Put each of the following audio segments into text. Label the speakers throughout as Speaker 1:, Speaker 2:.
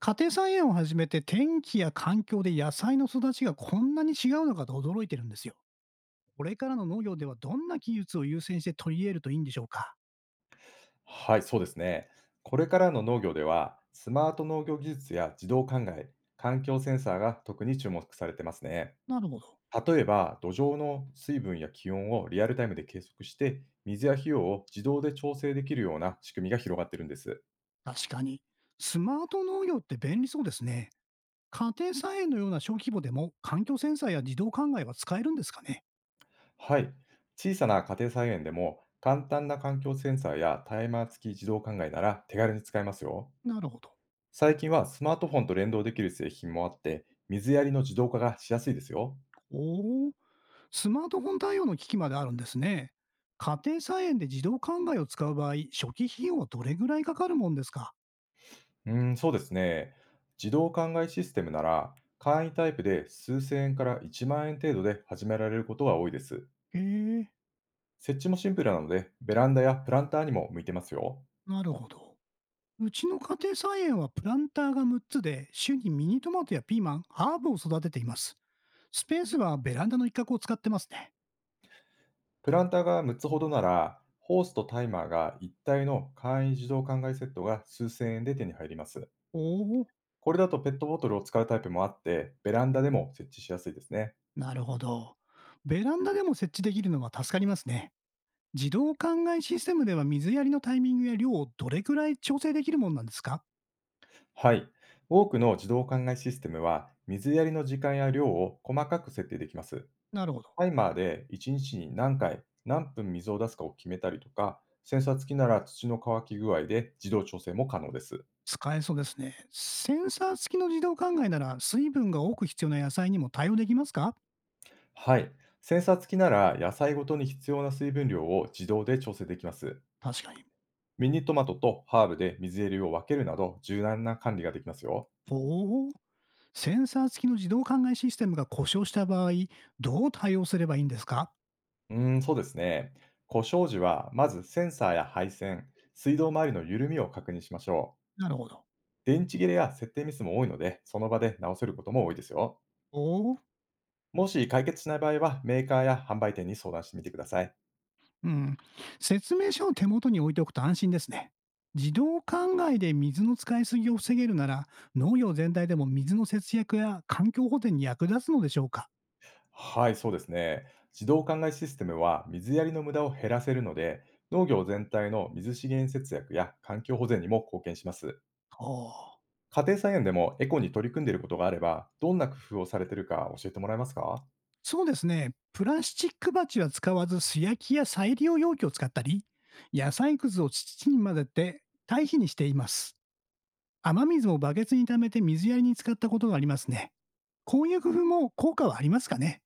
Speaker 1: 家庭菜園を始めて天気や環境で野菜の育ちがこんなに違うのかと驚いてるんですよ。これからの農業ではどんな技術を優先して取り入れるといいんでしょうか？
Speaker 2: はい、そうですね。これからの農業では、スマート農業技術や自動灌漑、環境センサーが特に注目されてますね。
Speaker 1: なるほど。
Speaker 2: 例えば、土壌の水分や気温をリアルタイムで計測して、水や費用を自動で調整できるような仕組みが広がってるんです。
Speaker 1: 確かに。スマート農業って便利そうですね。家庭菜園のような小規模でも環境センサーや自動灌漑は使えるんですかね？
Speaker 2: はい。小さな家庭菜園でも、簡単な環境センサーやタイマー付き自動灌漑なら手軽に使えますよ。
Speaker 1: なるほど。
Speaker 2: 最近はスマートフォンと連動できる製品もあって、水やりの自動化がしやすいですよ。
Speaker 1: おお、スマートフォン対応の機器まであるんですね。家庭菜園で自動灌漑を使う場合、初期費用はどれぐらいかかるもんですか？
Speaker 2: うーん、そうですね。自動考えシステムなら、簡易タイプで数千円から1万円程度で始められることが多いです。
Speaker 1: へえ、
Speaker 2: 設置もシンプルなので、ベランダやプランターにも向いてますよ。
Speaker 1: なるほど。うちの家庭菜園はプランターが6つで、週にミニトマトやピーマン、ハーブを育てています。スペースはベランダの一角を使ってますね。
Speaker 2: プランターが6つほどなら、ホースとタイマーが一体の簡易自動考えセットが数千円で手に入ります。
Speaker 1: おお、
Speaker 2: これだとペットボトルを使うタイプもあって、ベランダでも設置しやすいですね。
Speaker 1: なるほど。ベランダでも設置できるのは助かりますね。自動灌漑システムでは水やりのタイミングや量をどれくらい調整できるものなんですか？
Speaker 2: はい。多くの自動考えシステムは、水やりの時間や量を細かく設定できます。
Speaker 1: なるほど。
Speaker 2: タイマーで1日にちに何回、何分水を出すかを決めたりとか、センサー付きなら土の乾き具合で自動調整も可能です。
Speaker 1: 使えそうですね。センサー付きの自動灌漑なら水分が多く必要な野菜にも対応できますか？
Speaker 2: はい。センサー付きなら野菜ごとに必要な水分量を自動で調整できます。
Speaker 1: 確かに。
Speaker 2: ミニトマトとハーブで水やりを分けるなど柔軟な管理ができますよ。
Speaker 1: おお。センサー付きの自動灌漑システムが故障した場合、どう対応すればいいんですか？
Speaker 2: うーん、そうですね。故障時はまずセンサーや配線、水道周りの緩みを確認しましょう。
Speaker 1: なるほど。
Speaker 2: 電池切れや設定ミスも多いので、その場で直せることも多いですよ。
Speaker 1: おお、
Speaker 2: もし解決しない場合は、メーカーや販売店に相談してみてください。
Speaker 1: うん。説明書を手元に置いておくと安心ですね。自動灌漑で水の使いすぎを防げるなら、農業全体でも水の節約や環境保全に役立つのでしょうか？
Speaker 2: はい、そうですね。自動灌漑システムは水やりの無駄を減らせるので、農業全体の水資源節約や環境保全にも貢献します。
Speaker 1: おう。
Speaker 2: 家庭菜園でもエコに取り組んでいることがあれば、どんな工夫をされているか教えてもらえますか？
Speaker 1: そうですね。プラスチック鉢は使わず、素焼きや再利用容器を使ったり、野菜くずを土に混ぜて堆肥にしています。雨水をバケツに溜めて水やりに使ったことがありますね。こういう工夫も効果はありますかね？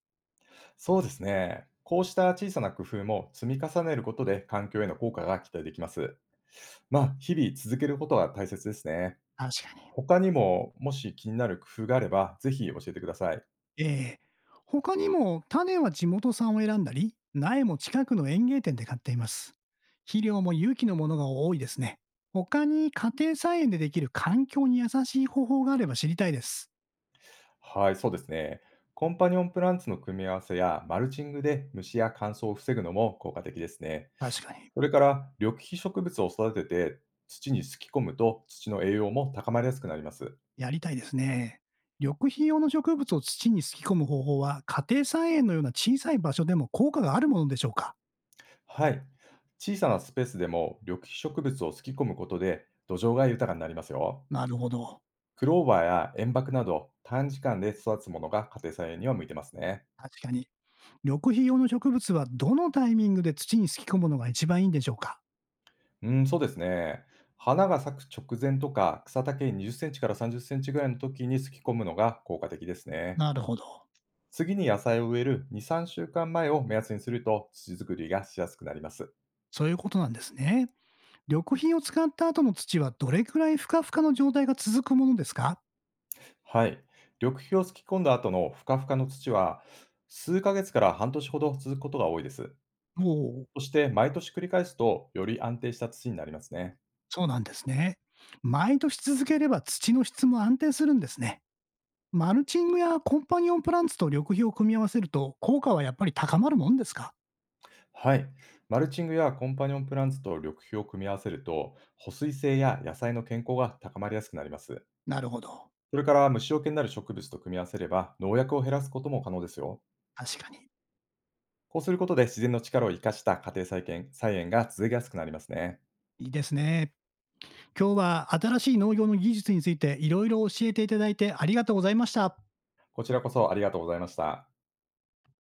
Speaker 2: そうですね。こうした小さな工夫も積み重ねることで環境への効果が期待できます。まあ、日々続けることが大切ですね。
Speaker 1: 確かに。
Speaker 2: 他にも、もし気になる工夫があれば、ぜひ教えてください。
Speaker 1: ええ。他にも種は地元産を選んだり、苗も近くの園芸店で買っています。肥料も有機のものが多いですね。他に家庭菜園でできる環境に優しい方法があれば知りたいです。
Speaker 2: はい、そうですね。コンパニオンプランツの組み合わせやマルチングで虫や乾燥を防ぐのも効果的ですね。
Speaker 1: 確かに。
Speaker 2: それから緑肥植物を育てて土にすき込むと土の栄養も高まりやすくなります。
Speaker 1: やりたいですね。緑肥用の植物を土にすき込む方法は、家庭菜園のような小さい場所でも効果があるものでしょうか？
Speaker 2: はい。小さなスペースでも緑肥植物をすき込むことで土壌が豊かになりますよ。
Speaker 1: なるほど。
Speaker 2: クローバーや塩爆など短時間で育つものが家庭菜園には向いてますね。
Speaker 1: 確かに。緑肥用の植物はどのタイミングで土にすき込むのが一番いいんでしょうか？
Speaker 2: うん、そうですね。花が咲く直前とか、草丈20センチから30センチぐらいの時にすき込むのが効果的ですね。
Speaker 1: なるほど。
Speaker 2: 次に野菜を植える2、3週間前を目安にすると土作りがしやすくなります。
Speaker 1: そういうことなんですね。緑肥を使った後の土はどれくらいふかふかの状態が続くものですか？
Speaker 2: はい。緑肥をすき込んだ後のふかふかの土は、数ヶ月から半年ほど続くことが多いです。
Speaker 1: おお、
Speaker 2: そして毎年繰り返すと、より安定した土になりますね。
Speaker 1: そうなんですね。毎年続ければ土の質も安定するんですね。マルチングやコンパニオンプランツと緑肥を組み合わせると効果はやっぱり高まるもんですか？
Speaker 2: はい。マルチングやコンパニオンプランツと緑肥を組み合わせると、保水性や野菜の健康が高まりやすくなります。
Speaker 1: なるほど。
Speaker 2: それから虫除けになる植物と組み合わせれば農薬を減らすことも可能ですよ。
Speaker 1: 確かに。
Speaker 2: こうすることで自然の力を生かした家庭菜園が続けやすくなりますね。
Speaker 1: いいですね。今日は新しい農業の技術についていろいろ教えていただいてありがとうございました。
Speaker 2: こちらこそありがとうございました。